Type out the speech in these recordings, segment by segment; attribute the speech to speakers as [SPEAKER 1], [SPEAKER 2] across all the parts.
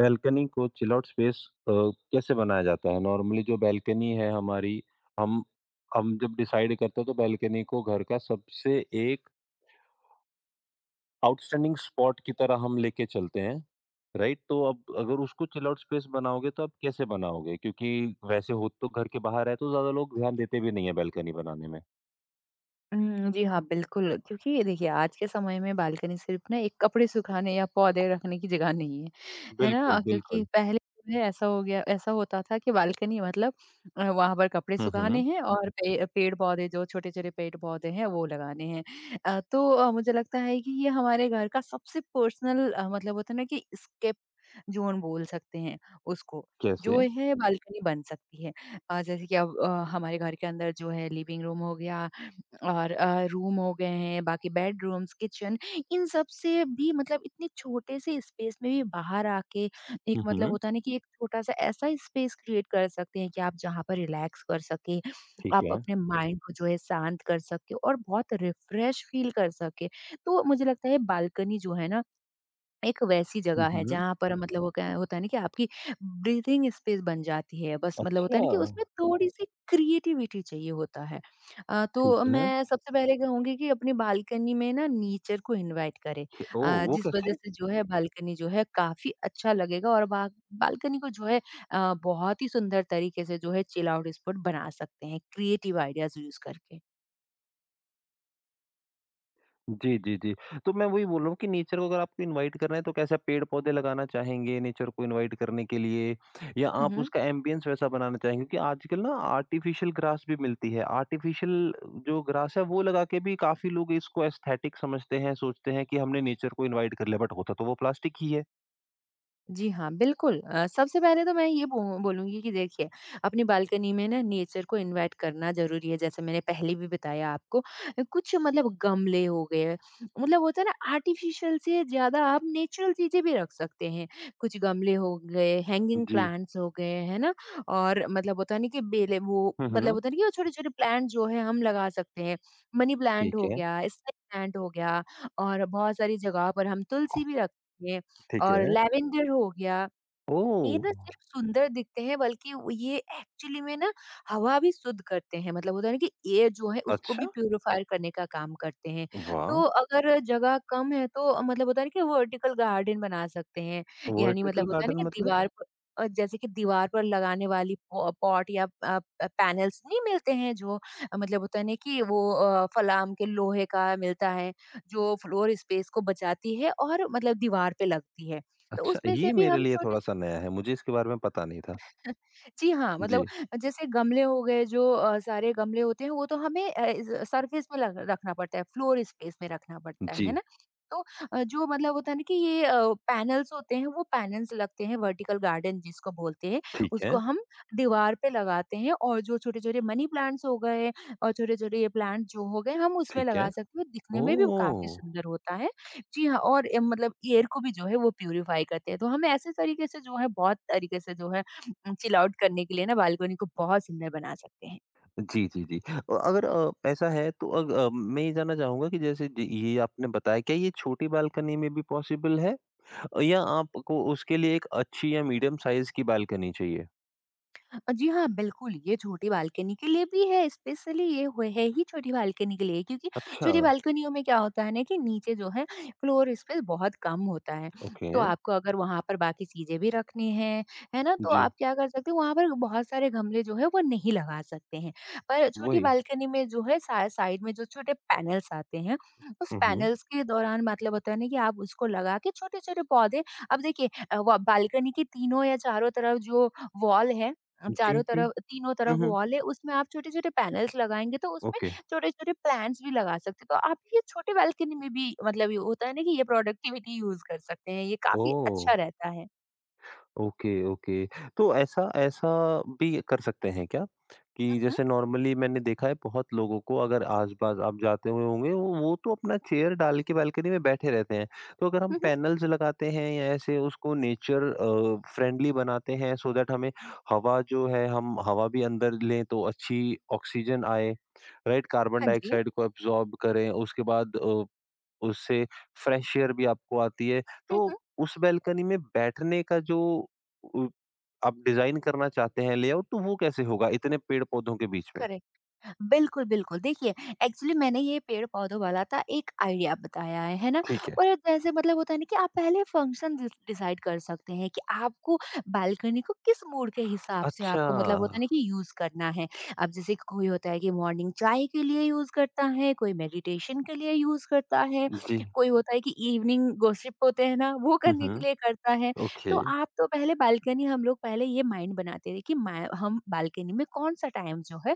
[SPEAKER 1] Balcony को chill out space अ, कैसे बनाया जाता है? नॉर्मली जो बैल्कनी है हमारी, हम हम जब डिसाइड करते हैं तो बैल्कनी को घर का सबसे एक आउटस्टैंडिंग स्पॉट की तरह हम लेके चलते हैं, राइट? तो अब अगर उसको चिल आउट स्पेस बनाओगे तो आप कैसे बनाओगे? क्योंकि वैसे हो तो घर के बाहर है तो ज़्यादा लोग ध्यान देते भी नहीं है बैल्कनी बनाने में।
[SPEAKER 2] हुँ, जी हाँ, बिल्कुल क्योंकि ये देखिए आज के समय में बालकनी सिर्फ़ ना एक कपड़े सुखाने या पौधे रखने की जगह नहीं है, है
[SPEAKER 1] बिल्कुल,
[SPEAKER 2] ना? क्योंकि
[SPEAKER 1] बिल्कुल।
[SPEAKER 2] पहले जो है ऐसा हो गया ऐसा होता था कि बालकनी मतलब वहाँ पर कपड़े
[SPEAKER 1] हुँ,
[SPEAKER 2] सुखाने
[SPEAKER 1] हुँ।
[SPEAKER 2] हैं और पे पेड़-पौधे जो छोटे-छोटे पेड़-पौधे हैं वो लगाने हैं। तो मुझे लगता है कि ये हमारे घर का सबसे पर्सनल मतलब होता है ना कि एस्केप ज़ोन बोल सकते हैं उसको, जो
[SPEAKER 1] कैसे?
[SPEAKER 2] है बालकनी बन सकती है। जैसे कि अब हमारे घर के अंदर जो है लिविंग रूम हो गया और रूम हो गए हैं, बाकी बेडरूम्स, किचन इन सब से भी मतलब इतने छोटे से स्पेस में भी बाहर आके एक
[SPEAKER 1] हुँ,
[SPEAKER 2] मतलब
[SPEAKER 1] हुँ।
[SPEAKER 2] होता है ना कि एक छोटा-सा ऐसा स्पेस क्रिएट कर सकते हैं कि आप जहाँ पर रिलैक्स कर सकें,
[SPEAKER 1] ठीक
[SPEAKER 2] आप
[SPEAKER 1] है।
[SPEAKER 2] अपने माइंड को जो है शांत कर सकें और बहुत रिफ्रेश फील कर सकें। तो मुझे लगता है बालकनी जो है ना एक वैसी
[SPEAKER 1] हुँ,
[SPEAKER 2] जगह है
[SPEAKER 1] हुँ।
[SPEAKER 2] जहाँ पर मतलब वो क्या होता है ना कि आपकी ब्रीथिंग स्पेस बन जाती है बस मतलब होता
[SPEAKER 1] अच्छा,
[SPEAKER 2] है ना कि उसमें थोड़ी-सी क्रिएटिविटी चाहिए होता है। तो
[SPEAKER 1] ठीक है।
[SPEAKER 2] मैं सबसे पहले कहूँगी कि अपनी बालकनी में ना नेचर को इन्वाइट करें
[SPEAKER 1] ठी ओह! वो
[SPEAKER 2] जिस वज़ह
[SPEAKER 1] कैसे?
[SPEAKER 2] से जो है बालकनी जो है काफ़ी अच्छा लगेगा और बा बालकनी को जो है बहुत ही सुंदर तरीके से जो है चिल आउट स्पॉट बना सकते हैं क्रिएटिव आइडियाज़ यूज़ करके।
[SPEAKER 1] जी, जी, जी। तो मैं वही बोल रहा हूँ कि नेचर को अगर आपको इनवाइट करना है तो कैसा पेड़-पौधे लगाना चाहेंगे नेचर को इनवाइट करने के लिए या
[SPEAKER 2] हुँ,
[SPEAKER 1] आप
[SPEAKER 2] हुँ।
[SPEAKER 1] उसका एम्बियंस वैसा बनाना चाहेंगे? क्योंकि आजकल ना आर्टिफिशियल ग्रास भी मिलती है। आर्टिफिशियल जो ग्रास है वो लगा के भी काफ़ी लोग इसको एस्थेटिक समझते हैं, सोचते हैं कि हमने नेचर को इनवाइट कर लिया बट होता तो वो प्लास्टिक ही है।
[SPEAKER 2] जी हाँ, बिल्कुल। सबसे पहले तो मैं ये बो बोलूँगी कि देखिए, अपनी बालकनी में ना नेचर को इन्वाइट करना ज़रूरी है, जैसे मैंने पहले भी बताया आपको। कुछ मतलब गमले हो गए, मतलब होता है ना आर्टिफ़िशियल से ज़्यादा आप नेचुरल चीज़ें भी रख सकते हैं। कुछ गमले हो गए, हैंगिंग
[SPEAKER 1] जी।
[SPEAKER 2] प्लांट्स हो गए, है ना? और मतलब होता है ना कि बेलें वो
[SPEAKER 1] हुँ,
[SPEAKER 2] मतलब
[SPEAKER 1] हुँ।
[SPEAKER 2] होता है ना कि वो छोटे-छोटे प्लांट जो हैं हम लगा सकते हैं। मनी प्लांट
[SPEAKER 1] ठीक
[SPEAKER 2] हो
[SPEAKER 1] है,
[SPEAKER 2] गया, स्नेक प्लांट हो गया और बहुत सारी जगह पर हम तुलसी भी रखते हैं।
[SPEAKER 1] ठीक
[SPEAKER 2] और
[SPEAKER 1] है।
[SPEAKER 2] लैवेंडर हो गया ये
[SPEAKER 1] ओह!
[SPEAKER 2] ना सिर्फ सुंदर दिखते हैं बल्कि वो ये एक्चुअली में ना हवा भी शुद्ध करते हैं मतलब होता है ना कि एयर जो है उसको
[SPEAKER 1] अच्छा,
[SPEAKER 2] भी प्यूरिफाई करने का काम करते हैं।
[SPEAKER 1] वाह!
[SPEAKER 2] तो अगर जगह कम है तो मतलब होता है ना कि वर्टिकल गार्डन बना सकते हैं। यानी
[SPEAKER 1] वर्टिकल
[SPEAKER 2] मतलब होता है
[SPEAKER 1] गार्डन
[SPEAKER 2] ना कि
[SPEAKER 1] मतलब?
[SPEAKER 2] दीवार प जैसे कि दीवार पर लगाने वाली पॉ पॉट या प पैनल्स नहीं मिलते हैं जो मतलब होता है ना कि वो फलाम के लोहे का मिलता है जो फ्लोर स्पेस को बचाती है और मतलब दीवार पे लगती है। तो
[SPEAKER 1] अच्छा,
[SPEAKER 2] उसमें से
[SPEAKER 1] ये
[SPEAKER 2] भी
[SPEAKER 1] मेरे
[SPEAKER 2] हम
[SPEAKER 1] लिए थोड़ा-सा
[SPEAKER 2] छोटी-सी
[SPEAKER 1] नया है। मुझे इसके बारे में पता नहीं था।
[SPEAKER 2] जी हाँ, मतलब
[SPEAKER 1] जी।
[SPEAKER 2] जैसे गमले हो गए जो सारे गमले होते हैं वो तो हमें ज सरफेस में लग रखना पड़ता है, फ्लोर स्पेस में रखना पड़ता है
[SPEAKER 1] जी।
[SPEAKER 2] ना? तो जो मतलब होता है ना कि ये पैनल्स होते हैं वो पैनल्स लगते हैं वर्टिकल गार्डन जिसको बोलते हैं,
[SPEAKER 1] ठीक है,
[SPEAKER 2] उसको हम दीवार पे लगाते हैं और जो छोटे-छोटे मनी प्लांट्स हो गए और छोटे-छोटे ये प्लांट जो हो गए हम उसमें
[SPEAKER 1] ठीक है।
[SPEAKER 2] लगा सकते हैं, दिखने में भी काफ़ी
[SPEAKER 1] ओह!
[SPEAKER 2] सुंदर होता है। जी हाँ, और मतलब एयर को भी जो है वो प्यूरीफाई करते हैं, तो हम ऐसे तरीके से जो है बहुत तरीके से जो है चिल आउट करने के लिए ना बालकनी को बहुत सुंदर बना सकते हैं।
[SPEAKER 1] जी, जी, जी। अगर ऐसा है तो मैं ये जानना चाहूँगा कि जैसे ज ये आपने बताया, क्या ये छोटी बालकनी में भी पॉसिबल है या आपको उसके लिए एक अच्छी या मीडियम साइज़ की बालकनी चाहिए?
[SPEAKER 2] जी हाँ, बिल्कुल, ये छोटी बालकनी के लिए भी है, स्पेशली ये हुए है ही छोटी बालकनी के लिए क्योंकि
[SPEAKER 1] अच्छा,
[SPEAKER 2] छोटी बालकनियों में क्या होता है ना कि नीचे जो है फ्लोर स्पेस बहुत कम होता है।
[SPEAKER 1] ओके।
[SPEAKER 2] तो आपको अगर वहाँ पर बाकी चीज़ें भी रखनी हैं, है ना? तो
[SPEAKER 1] जी,
[SPEAKER 2] आप क्या कर सकते हो वहाँ पर बहुत सारे गमले जो है वो नहीं लगा सकते हैं। पर छोटी
[SPEAKER 1] वही।
[SPEAKER 2] बालकनी में जो है सा साइड में जो छोटे पैनल्स आते हैं, उस
[SPEAKER 1] हुँ, हुँ।
[SPEAKER 2] पैनल्स के दौरान मतलब होता है ना कि आप उसको लगा के छोटे-छोटे पौधे अब देखिए व बालकनी के तीनों या चारों तरफ जो वॉल है
[SPEAKER 1] जी,
[SPEAKER 2] चारों
[SPEAKER 1] जी।
[SPEAKER 2] तरफ तीनों
[SPEAKER 1] हुँ,
[SPEAKER 2] तरफ
[SPEAKER 1] हुँ।
[SPEAKER 2] वॉल है, उसमें आप छोटे-छोटे पैनल्स लगाएँगे तो उसमें
[SPEAKER 1] ओके।
[SPEAKER 2] छोटे-छोटे प्लांट्स भी लगा सकते हो। तो आप ये छोटे बालकनी में भी मतलब ये होता है ना कि ये प्रोडक्टिविटी यूज़ कर सकते हैं, ये काफ़ी
[SPEAKER 1] ओह!
[SPEAKER 2] अच्छा रहता है।
[SPEAKER 1] Okay, okay. तो ऐसा ऐसा भी कर सकते हैं क्या? कि
[SPEAKER 2] हुँ, हुँ।
[SPEAKER 1] जैसे नॉर्मली मैंने देखा है बहुत लोगों को अगर आस-पास आप जाते हुए होंगे, वो तो अपना चेयर डाल के बालकनी में बैठे रहते हैं। तो अगर हम
[SPEAKER 2] हुँ, हुँ।
[SPEAKER 1] पैनल्स लगाते हैं या ऐसे उसको नेचर फ्रेंडली बनाते हैं सो दैट हमें हवा जो है हम हवा भी अंदर लें तो अच्छी ऑक्सीजन आए, राइट? कार्बन
[SPEAKER 2] हाँ जी।
[SPEAKER 1] डाइऑक्साइड को एब्ज़ॉर्ब करें, उसके बाद उससे फ्रेश एयर भी आपको आती है।
[SPEAKER 2] हुँ,
[SPEAKER 1] तो
[SPEAKER 2] हुँ।
[SPEAKER 1] उस बालकनी में बैठने का जो उ आप डिज़ाइन करना चाहते हैं लेआउट तो वो कैसे होगा इतने पेड़-पौधों के बीच में?
[SPEAKER 2] करेक्ट। बिल्कुल, बिल्कुल। देखिए, एक्चुअली मैंने ये पेड़-पौधों वाला था एक आइडिया बताया है ना?
[SPEAKER 1] ठीक है।
[SPEAKER 2] पर जैसे मतलब होता है ना कि आप पहले फंक्शन डिसाइड कर सकते हैं कि आपको बालकनी को किस मूड के हिसाब से
[SPEAKER 1] अच्छा।
[SPEAKER 2] आपको मतलब होता है ना कि यूज़ करना है। अब जैसे कोई होता है कि मॉर्निंग चाय के लिए यूज़ करता है, कोई मेडिटेशन के लिए यूज़ करता है,
[SPEAKER 1] जी।
[SPEAKER 2] कोई होता है कि इवनिंग गॉसिप होते हैं ना, वो
[SPEAKER 1] हुँ,
[SPEAKER 2] करने के
[SPEAKER 1] हुँ।
[SPEAKER 2] लिए करता है।
[SPEAKER 1] ओके,
[SPEAKER 2] तो आप तो पहले बालकनी हम लोग पहले ये माइंड बनाते थे कि मैं हम बालकनी में कौन-सा टाइम जो है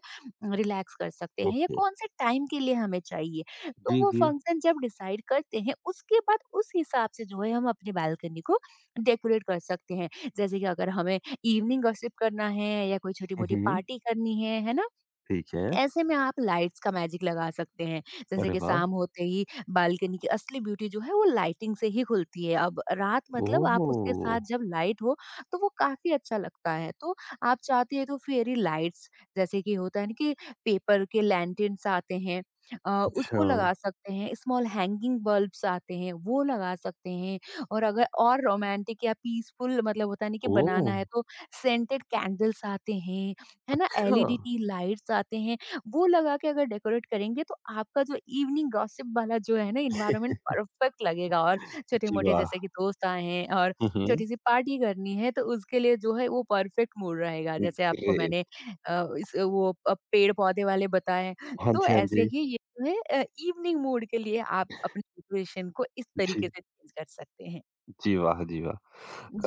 [SPEAKER 2] रिलैक्स कर सकते हैं या
[SPEAKER 1] ओके।
[SPEAKER 2] कौन से टाइम के लिए हमें चाहिए तो
[SPEAKER 1] जी,
[SPEAKER 2] वो
[SPEAKER 1] जी।
[SPEAKER 2] फंक्शन जब डिसाइड करते हैं उसके बाद उस हिसाब से जो है हम अपनी बालकनी को डेकोरेट कर सकते हैं जैसे कि अगर हमें इवनिंग गॉसिप करना है या कोई छोटी
[SPEAKER 1] हुँ,
[SPEAKER 2] मोटी
[SPEAKER 1] हुँ।
[SPEAKER 2] पार्टी करनी है ना
[SPEAKER 1] ठीक है।
[SPEAKER 2] ऐसे में आप लाइट्स का मैजिक लगा सकते हैं। जैसे
[SPEAKER 1] अरे
[SPEAKER 2] कि
[SPEAKER 1] वाह!
[SPEAKER 2] शाम होते ही बालकनी की असली ब्यूटी जो है वो लाइटिंग से ही खुलती है। अब रात मतलब आप उसके साथ
[SPEAKER 1] ओह!
[SPEAKER 2] जब लाइट हो तो वो काफ़ी अच्छा लगता है। तो आप चाहती हैं तो फेयरी लाइट्स जैसे कि होता है ना कि पेपर के लैंटर्न्स आते हैं
[SPEAKER 1] अच्छा।
[SPEAKER 2] उसको लगा सकते हैं। स्मॉल हैंगिंग बल्ब्स आते हैं वो लगा सकते हैं और अगर और रोमांटिक या पीसफुल मतलब होता है ना कि
[SPEAKER 1] ओह!
[SPEAKER 2] बनाना है तो सेंटेड कैंडल्स आते हैं, है ना?
[SPEAKER 1] अच्छा।
[SPEAKER 2] एलईडी टी लाइट्स आते हैं। वो लगा के अगर डेकोरेट करेंगे तो आपका जो इवनिंग गॉसिप वाला जो है ना इन्वायरमेंट परफेक्ट लगेगा और
[SPEAKER 1] जी
[SPEAKER 2] छोटे-मोटे
[SPEAKER 1] वाह!
[SPEAKER 2] जैसे कि दोस्त आए हैं और
[SPEAKER 1] हुँ, हुँ।
[SPEAKER 2] छोटी-सी पार्टी करनी है तो उसके लिए जो है वो परफेक्ट मूड रहेगा। जैसे आपको
[SPEAKER 1] ग्रेट।
[SPEAKER 2] मैंने इस वो पेड़-पौधे वाले बताए हैं,
[SPEAKER 1] हाँ
[SPEAKER 2] तो
[SPEAKER 1] जी, हाँ
[SPEAKER 2] ऐसे
[SPEAKER 1] जी।
[SPEAKER 2] ही ये जो है इवनिंग मूड के लिए आप अपनी सिचुएशन को इस
[SPEAKER 1] जी।
[SPEAKER 2] तरीके से चेंज कर सकते हैं।
[SPEAKER 1] जी वाह! जी वाह!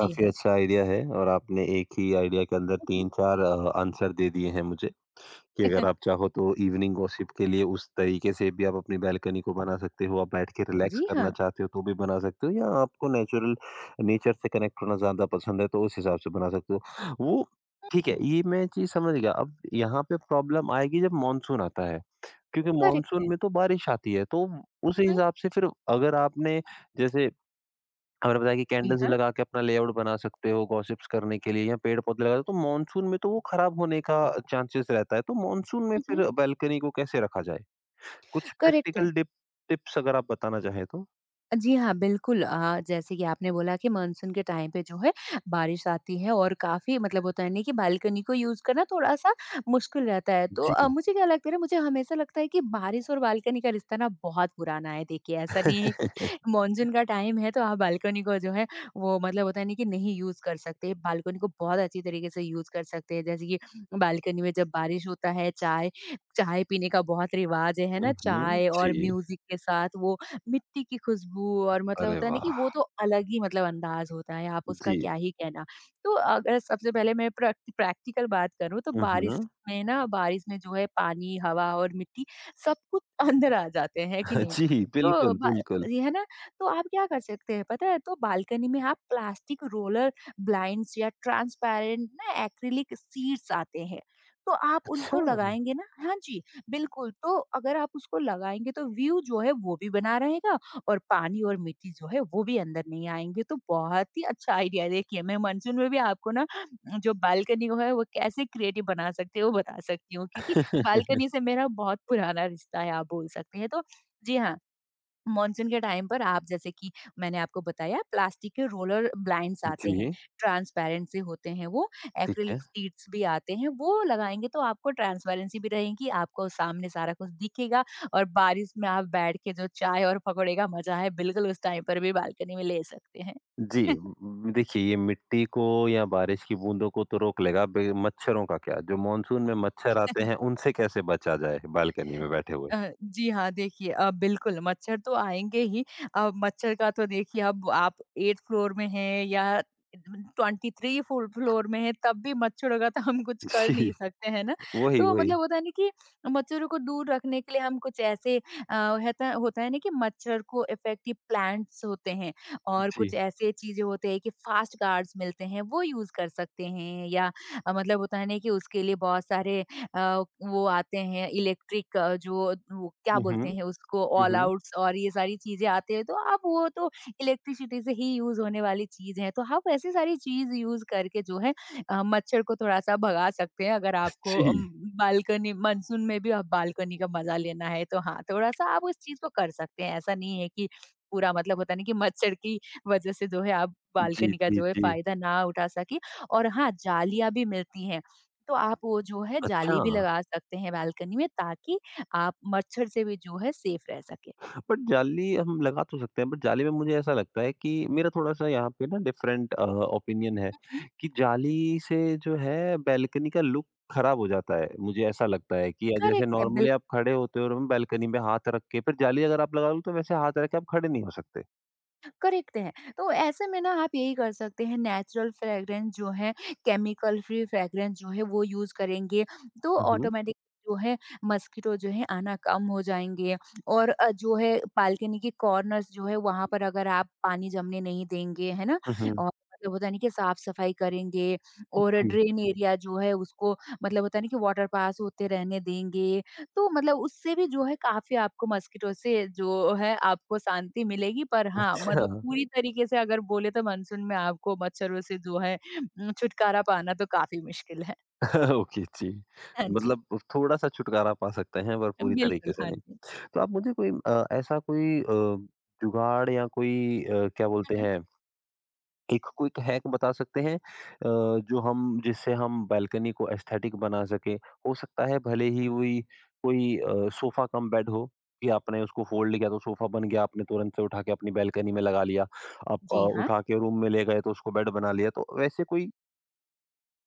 [SPEAKER 2] जी हाँ।
[SPEAKER 1] अच्छा आइडिया है और आपने एक ही आइडिया के अंदर
[SPEAKER 2] हुँ, हुँ।
[SPEAKER 1] 3-4 आंसर दे दिए हैं मुझे कि अगर आप चाहो तो इवनिंग गॉसिप के लिए उस तरीके से भी आप अपनी बालकनी को बना सकते हो, आप बैठ के रिलैक्स
[SPEAKER 2] जी
[SPEAKER 1] करना
[SPEAKER 2] हाँ।
[SPEAKER 1] चाहते हो तो भी बना सकते हो या आपको नेचुरल नेचर से कनेक्ट होना ज़्यादा पसंद है तो उस हिसाब से बना सकते हो। वो ठीक है,
[SPEAKER 2] हुँ,
[SPEAKER 1] ये मैं चीज़ समझ गया, अब यहाँ पे प्रॉब्लम आएगी जब मानसून आता है, क्योंकि
[SPEAKER 2] करेक्ट
[SPEAKER 1] मानसून
[SPEAKER 2] है।
[SPEAKER 1] में तो बारिश आती है, तो उस
[SPEAKER 2] हुँ, हुँ।
[SPEAKER 1] हिसाब से फिर अगर आपने जैसे आपने बताया कि
[SPEAKER 2] जी
[SPEAKER 1] कैंडल्स
[SPEAKER 2] हाँ।
[SPEAKER 1] लगा के अपना लेआउट बना सकते हो गॉसिप्स करने के लिए या पेड़-पौधे लगा दो, तो मॉनसून में तो वो खराब होने का चांसेस रहता है। तो मॉनसून में
[SPEAKER 2] हुँ, हुँ।
[SPEAKER 1] फिर बालकनी को कैसे रखा जाए? कुछ
[SPEAKER 2] करेक्ट है।
[SPEAKER 1] प्रैक्टिकल डिप टिप्स अगर आप बताना चाहें तो?
[SPEAKER 2] जी हाँ, बिल्कुल जैसे कि आपने बोला कि मानसून के टाइम पे जो है बारिश आती है और काफ़ी मतलब होता है ना कि बालकनी को यूज़ करना थोड़ा-सा मुश्किल रहता है। तो
[SPEAKER 1] जी।
[SPEAKER 2] मुझे क्या लगता है ना मुझे हमेशा लगता है कि बारिश और बालकनी का रिश्ता ना बहुत पुराना है। देखिए, ऐसा नहीं है कि मानसून का टाइम है तो आप बालकनी को जो है वो मतलब होता है ना कि नहीं यूज़ कर सकते। बालकनी को बहुत अच्छी तरीके से यूज़ कर सकते हैं। जैसे कि बालकनी में जब बारिश होता है चाय चाय पीने का बहुत रिवाज़ है
[SPEAKER 1] हुँ,
[SPEAKER 2] ना?
[SPEAKER 1] हुँ।
[SPEAKER 2] चाय
[SPEAKER 1] जी।
[SPEAKER 2] और म्यूज़िक के साथ वो मिट्टी की खुशबू और मतलब
[SPEAKER 1] अरे
[SPEAKER 2] होता है ना कि
[SPEAKER 1] वाह!
[SPEAKER 2] वो तो अलग ही मतलब अंदाज होता है आप उसका
[SPEAKER 1] जी।
[SPEAKER 2] क्या ही कहना। तो अगर सबसे पहले मैं प्रैक्टिकल बात करूँ तो
[SPEAKER 1] हुँ, हुँ।
[SPEAKER 2] बारिश में जो है पानी हवा और मिट्टी सब कुछ अंदर आ जाते हैं है कि नहीं।
[SPEAKER 1] जी,
[SPEAKER 2] तो
[SPEAKER 1] बिल्कुल, बिल्कुल।
[SPEAKER 2] ये है ना तो आप क्या कर सकते हैं पता है तो बालकनी में आप प्लास्टिक रोलर ब्लाइंड्स या ट्रांसपेरेंट ना एक्रिलिक सीड्स आते हैं तो आप उनको
[SPEAKER 1] अच्छा।
[SPEAKER 2] लगाएंगे ना हाँ जी बिल्कुल, तो अगर आप उसको लगाएँगे तो व्यू जो है वो भी बना रहेगा और पानी और मिट्टी जो है वो भी अंदर नहीं आएँगे, तो बहुत ही अच्छा आइडिया है। देखिए मैं मानसून में भी आपको ना जो बालकनी वो है वो कैसे क्रिएटिव बना सकते हो वो बता सकती हूँ, क्योंकि बालकनी से मेरा बहुत पुराना रिश्ता है आप बोल सकते हैं। तो जी हाँ। मानसून के टाइम पर आप जैसे कि मैंने आपको बताया प्लास्टिक के रोलर ब्लाइंड्स आते हैं,
[SPEAKER 1] जी,
[SPEAKER 2] ट्रांसपेरेंट से होते हैं वो,
[SPEAKER 1] ठीक है।
[SPEAKER 2] एक्रिलिक शीट्स भी आते हैं, वो लगाएँगे तो आपको ट्रांसपेरेंसी भी रहेगी, आपको सामने सारा कुछ दिखेगा और बारिश में आप बैठ के जो चाय और पकौड़े का मज़ा है बिल्कुल उस टाइम पर भी बालकनी में ले सकते हैं।
[SPEAKER 1] जी, देखिए ये मिट्टी को या बारिश की बूंदों को तो रोक लेगा, बे मच्छरों का क्या? जो मॉनसून में मच्छर आते हैं, उनसे कैसे बचा जाए बालकनी में बैठे हुए?
[SPEAKER 2] जी हाँ, देखिए बिल्कुल मच्छर तो आएँगे ही। मच्छर का तो देखिए अब आप 8th फ्लोर में हैं या 23 फुल फ्लोर में है तब भी मच्छर होगा तो हम कुछ कर
[SPEAKER 1] जी,
[SPEAKER 2] नहीं सकते, है ना?
[SPEAKER 1] वही,
[SPEAKER 2] तो
[SPEAKER 1] वही।
[SPEAKER 2] मतलब होता है ना कि मच्छरों को दूर रखने के लिए हम कुछ ऐसे होता होता है ना कि मच्छर को इफेक्टिव प्लांट्स होते हैं और
[SPEAKER 1] जी।
[SPEAKER 2] कुछ ऐसे चीज़ें होते हैं कि फास्ट गार्ड्स मिलते हैं वो यूज़ कर सकते हैं या मतलब होता है ना कि उसके लिए बहुत सारे अ, वो आते हैं इलेक्ट्रिक जो वो क्या
[SPEAKER 1] हुँ, हुँ।
[SPEAKER 2] बोलते हैं उसको
[SPEAKER 1] हुँ,
[SPEAKER 2] ऑल
[SPEAKER 1] हुँ।
[SPEAKER 2] आउट्स और ये सारी चीज़ें आते हैं, तो आप वो तो इलेक्ट्रिसिटी से ही यूज़ होने वाली चीज़ है, तो आप ऐसी सारी चीज़ यूज़ करके जो है मच्छर को थोड़ा-सा भगा सकते हैं अगर आपको
[SPEAKER 1] जी।
[SPEAKER 2] बालकनी मानसून में भी आप बालकनी का मज़ा लेना है, तो हाँ, थोड़ा-सा आप उस चीज़ को कर सकते हैं। ऐसा नहीं है कि पूरा मतलब होता है ना कि मच्छर की वज़ह से जो है आप
[SPEAKER 1] जी,
[SPEAKER 2] बालकनी का
[SPEAKER 1] जी,
[SPEAKER 2] जो है
[SPEAKER 1] जी।
[SPEAKER 2] फ़ायदा ना उठा सकें। और हाँ, जालियाँ भी मिलती हैं तो आप वो जो है
[SPEAKER 1] अच्छा।
[SPEAKER 2] जाली भी लगा सकते हैं बालकनी में ताकि आप मच्छर से भी जो है सेफ रह सके।
[SPEAKER 1] बट जाली हम लगा तो सकते हैं, बट जाली में मुझे ऐसा लगता है कि मेरा थोड़ा-सा यहाँ पे ना डिफरेंट ओपिनियन है
[SPEAKER 2] हुँ,
[SPEAKER 1] कि जाली से जो है बालकनी का लुक खराब हो जाता है। मुझे ऐसा लगता है कि जैसे
[SPEAKER 2] करेक्ट है,
[SPEAKER 1] नॉर्मली आप खड़े होते हो रूम बालकनी में हाथ रख के फिर जाली अगर आप लगा लो तो वैसे हाथ रख के आप खड़े नहीं हो सकते।
[SPEAKER 2] करेक्ट है। तो ऐसे में ना आप यही कर सकते हैं नेचुरल फ्रेगरेंस जो है, केमिकल फ्री फ्रेगरेंस जो है वो यूज़ करेंगे, तो
[SPEAKER 1] हुँ, हुँ।
[SPEAKER 2] ऑटोमेटिक जो है मस्किटो जो है आना कम हो जाएँगे। और जो है बालकनी के कॉर्नर्स जो है वहाँ पर अगर आप पानी जमने नहीं देंगे, है ना?
[SPEAKER 1] हुँ, हुँ।
[SPEAKER 2] और मतलब होता है ना कि साफ-सफाई करेंगे और
[SPEAKER 1] जी।
[SPEAKER 2] ड्रेन एरिया जो है उसको मतलब होता है ना कि वाटर पास होते रहने देंगे, तो मतलब उससे भी जो है काफ़ी आपको मस्किटो से जो है आपको शांति मिलेगी। पर हाँ,
[SPEAKER 1] अच्छा
[SPEAKER 2] मतलब पूरी तरीके से अगर बोले तो मानसून में आपको मच्छरों से जो है छुटकारा पाना तो काफ़ी मुश्किल है।
[SPEAKER 1] ओके जी।
[SPEAKER 2] हाँ जी।
[SPEAKER 1] मतलब थोड़ा-सा छुटकारा पा सकते हैं पर पूरी तरीके
[SPEAKER 2] बिल्कुल,
[SPEAKER 1] से
[SPEAKER 2] हाँ
[SPEAKER 1] नहीं।
[SPEAKER 2] जी।
[SPEAKER 1] तो आप मुझे कोई ऐसा कोई जुगाड़ या कोई क्या
[SPEAKER 2] हुँ,
[SPEAKER 1] बोलते
[SPEAKER 2] हुँ।
[SPEAKER 1] हैं एक क्विक हैक बता सकते हैं जो हम जिससे हम बालकनी को एस्थेटिक बना सके हो सकता है भले ही वही कोई सोफा कम बेड हो कि आपने उसको फोल्ड किया तो सोफा बन गया आपने तुरंत से उठा के अपनी बालकनी में लगा लिया आप
[SPEAKER 2] जी हाँ।
[SPEAKER 1] उठा के रूम में ले गए तो उसको बेड बना लिया तो वैसे कोई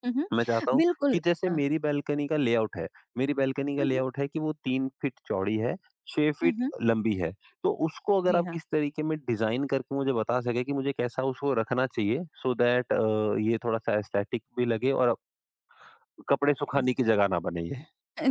[SPEAKER 2] हुँ, हुँ।
[SPEAKER 1] मैं चाहता हूँ कि
[SPEAKER 2] बिल्कुल
[SPEAKER 1] जैसे
[SPEAKER 2] अ,
[SPEAKER 1] मेरी बालकनी का लेआउट है मेरी बालकनी का
[SPEAKER 2] हुँ, हुँ।
[SPEAKER 1] लेआउट है कि वो 3 फीट चौड़ी है 6
[SPEAKER 2] हुँ,
[SPEAKER 1] फीट
[SPEAKER 2] हुँ।
[SPEAKER 1] लंबी है। तो उसको अगर
[SPEAKER 2] जी
[SPEAKER 1] आप
[SPEAKER 2] हाँ।
[SPEAKER 1] किस तरीके में डिज़ाइन करके मुझे बता सकें कि मुझे कैसा उसको रखना चाहिए सो दैट ये थोड़ा-सा एस्थेटिक भी लगे और कपड़े सुखाने की जगह ना बने ये।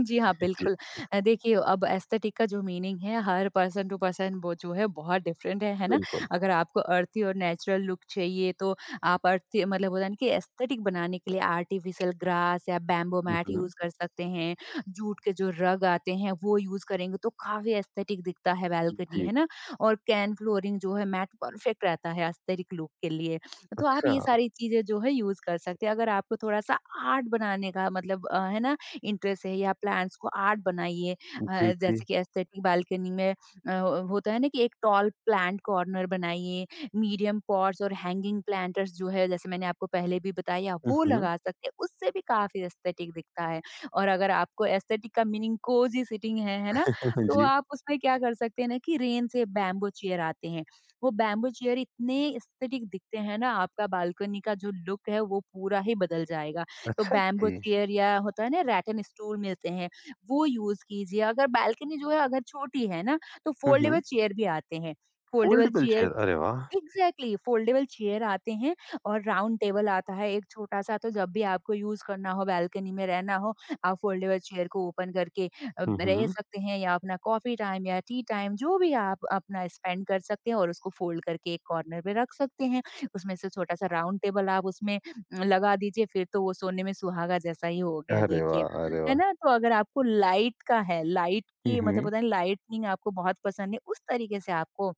[SPEAKER 2] जी हाँ,
[SPEAKER 1] जी,
[SPEAKER 2] बिल्कुल। देखिए अब एस्थेटिक का जो मीनिंग है हर पर्सन टू पर्सन वो जो है बहुत डिफरेंट है ना?
[SPEAKER 1] बिल्कुल।
[SPEAKER 2] अगर आपको अर्थी और नेचुरल लुक चाहिए तो आप अर्थी मतलब होता है ना कि एस्थेटिक बनाने के लिए आर्टिफिशियल ग्रास या बैम्बू
[SPEAKER 1] हुँ,
[SPEAKER 2] मैट
[SPEAKER 1] हुँ।
[SPEAKER 2] यूज़ कर सकते हैं। जूट के जो रग आते हैं वो यूज़ करेंगे तो काफ़ी एस्थेटिक दिखता है बालकनी,
[SPEAKER 1] जी।
[SPEAKER 2] है ना? और कैन फ्लोरिंग जो है मैट परफेक्ट रहता है एस्थेटिक लुक के लिए। तो आप
[SPEAKER 1] अच्छा।
[SPEAKER 2] ये सारी चीज़ें जो है यूज़ कर सकते हैं। अगर आपको थोड़ा-सा आर्ट बनाने का मतलब है ना इंटरेस्ट है या प्लांट्स को आर्ट बनाइए,
[SPEAKER 1] जी, जी।
[SPEAKER 2] जैसे कि एस्थेटिक बालकनी में होता है ना कि एक टॉल प्लांट कॉर्नर बनाइए। मीडियम पॉट्स और हैंगिंग प्लांटर्स जो है जैसे मैंने आपको पहले भी बताया
[SPEAKER 1] हुँ,
[SPEAKER 2] वो
[SPEAKER 1] हुँ।
[SPEAKER 2] लगा सकते हैं, उससे भी काफी एस्थेटिक दिखता है। और अगर आपको एस्थेटिक का मीनिंग कोजी सिटिंग है ना, तो
[SPEAKER 1] जी।
[SPEAKER 2] आप उसमें क्या कर सकते हैं ना कि रेन से बैम्बो चेयर आते हैं। वो बैम्बो चेयर इतने एस्थेटिक दिखते हैं ना, आपका बालकनी का जो लुक है वो पूरा ही बदल जाएगा। तो
[SPEAKER 1] अच्छा
[SPEAKER 2] बैम्बू
[SPEAKER 1] जी।
[SPEAKER 2] चेयर या होता है ना रैटन स्टूल मिलते हैं, वो यूज कीजिए। अगर बालकनी जो है अगर छोटी है ना तो
[SPEAKER 1] हुँ,
[SPEAKER 2] फोल्डेबल
[SPEAKER 1] हुँ।
[SPEAKER 2] चेयर भी आते हैं। Foldable
[SPEAKER 1] foldable
[SPEAKER 2] chair.
[SPEAKER 1] चेयर अरे वाह!
[SPEAKER 2] एग्ज़ैक्टली, फ़ोल्डेबल चेयर आते हैं और राउंड टेबल आता है एक छोटा-सा। तो जब भी आपको यूज़ करना हो, बालकनी में रहना हो, आप फ़ोल्डेबल चेयर को ओपन करके
[SPEAKER 1] हुँ,
[SPEAKER 2] रह
[SPEAKER 1] हुँ।
[SPEAKER 2] सकते हैं या अपना कॉफ़ी टाइम या टी टाइम जो भी आप अपना स्पेंड कर सकते हैं और उसको फ़ोल्ड करके एक कॉर्नर पे रख सकते हैं। उसमें से छोटा-सा राउंड टेबल आप उसमें लगा दीजिए, फिर तो वो सोने में सुहागा जैसा ही हो गया
[SPEAKER 1] अरे
[SPEAKER 2] देखिए।
[SPEAKER 1] वाह! अरे
[SPEAKER 2] है
[SPEAKER 1] वाह!
[SPEAKER 2] ना? तो अगर आपको लाइट का है, लाइट
[SPEAKER 1] हुँ,
[SPEAKER 2] की मतलब
[SPEAKER 1] हुँ।
[SPEAKER 2] होता है लाइटनिंग आपको बहुत पसंद है उस तरीके से आपको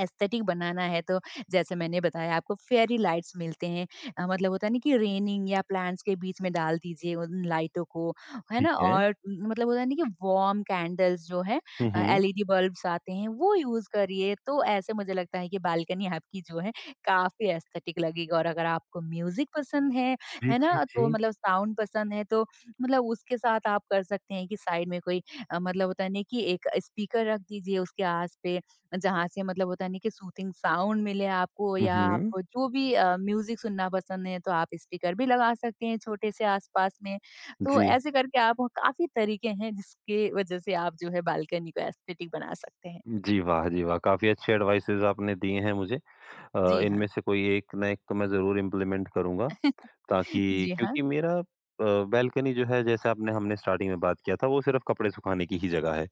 [SPEAKER 2] एस्थेटिक बनाना है, तो जैसे मैंने बताया आपको फेयरी लाइट्स मिलते हैं। मतलब होता है ना कि रेनिंग या प्लांट्स के बीच में डाल दीजिए उन लाइटों को, है
[SPEAKER 1] ठीक
[SPEAKER 2] ना?
[SPEAKER 1] है।
[SPEAKER 2] और न, मतलब होता है ना कि वार्म कैंडल्स जो है,
[SPEAKER 1] हुँ, हुँ।
[SPEAKER 2] एलईडी बल्ब्स आते हैं वो यूज़ करिए, तो ऐसे मुझे लगता है कि बालकनी आपकी जो है काफ़ी एस्थेटिक लगेगी। और अगर आपको म्यूज़िक पसंद
[SPEAKER 1] जी,
[SPEAKER 2] है
[SPEAKER 1] जी,
[SPEAKER 2] ना?
[SPEAKER 1] जी।
[SPEAKER 2] तो मतलब साउंड पसंद है, तो मतलब उसके साथ आप कर सकते हैं कि साइड में कोई मतलब होता है ना कि एक स्पीकर रख दीजिए उसके आस पे जहाँ से मतलब होता नहीं कि सूथिंग साउंड मिले आपको,
[SPEAKER 1] हुँ,
[SPEAKER 2] या
[SPEAKER 1] हुँ।
[SPEAKER 2] आपको जो भी म्यूज़िक सुनना पसंद है, तो आप स्पीकर भी लगा सकते हैं छोटे से आस-पास में। तो
[SPEAKER 1] जी।
[SPEAKER 2] ऐसे करके आप काफ़ी तरीके हैं जिसके वज़ह से आप जो है बालकनी को एस्थेटिक बना सकते हैं।
[SPEAKER 1] जी, वाह! जी, वाह! काफ़ी अच्छे एडवाइसेज़ आपने दिए हैं मुझे।
[SPEAKER 2] जी
[SPEAKER 1] इनमें
[SPEAKER 2] हाँ।
[SPEAKER 1] से कोई एक ना एक तो मैं ज़रूर इम्प्लीमेंट करूँगा ताकि
[SPEAKER 2] जी हाँ।
[SPEAKER 1] क्योंकि मेरा बालकनी जो है जैसे आपने हमने स्टार्टिंग में बात किया था वो सिर्फ़ कपड़े सुखाने की ही जगह है।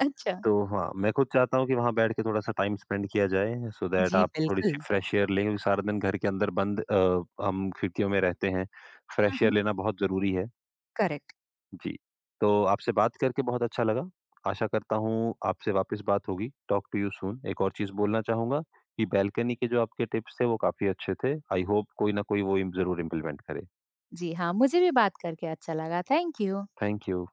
[SPEAKER 2] अच्छा।
[SPEAKER 1] तो हाँ, मैं खुद चाहता हूँ कि वहाँ बैठ के थोड़ा-सा टाइम स्पेंड किया जाए सो दैट
[SPEAKER 2] जी
[SPEAKER 1] आप थोड़ी-सी
[SPEAKER 2] बिल्कुल।
[SPEAKER 1] फ्रेश एयर लें क्योंकि सारा दिन घर के अंदर बंद हम खिड़कियों में रहते हैं।
[SPEAKER 2] हुँ,
[SPEAKER 1] फ्रेश एयर
[SPEAKER 2] हुँ।
[SPEAKER 1] लेना बहुत ज़रूरी है।
[SPEAKER 2] करेक्ट।
[SPEAKER 1] जी, तो आपसे बात करके बहुत अच्छा लगा। आशा करता हूँ आपसे वापस बात होगी। Talk to you soon. एक और चीज़ बोलना चाहूँगा कि बालकनी के जो आपके टिप्स थे वो काफ़ी अच्छे थे। आई होप कोई ना कोई वो इम ज़रूर इम्प्लीमेंट करे।
[SPEAKER 2] जी हाँ, मुझे भी बात करके अच्छा लगा। Thank you.
[SPEAKER 1] Thank you.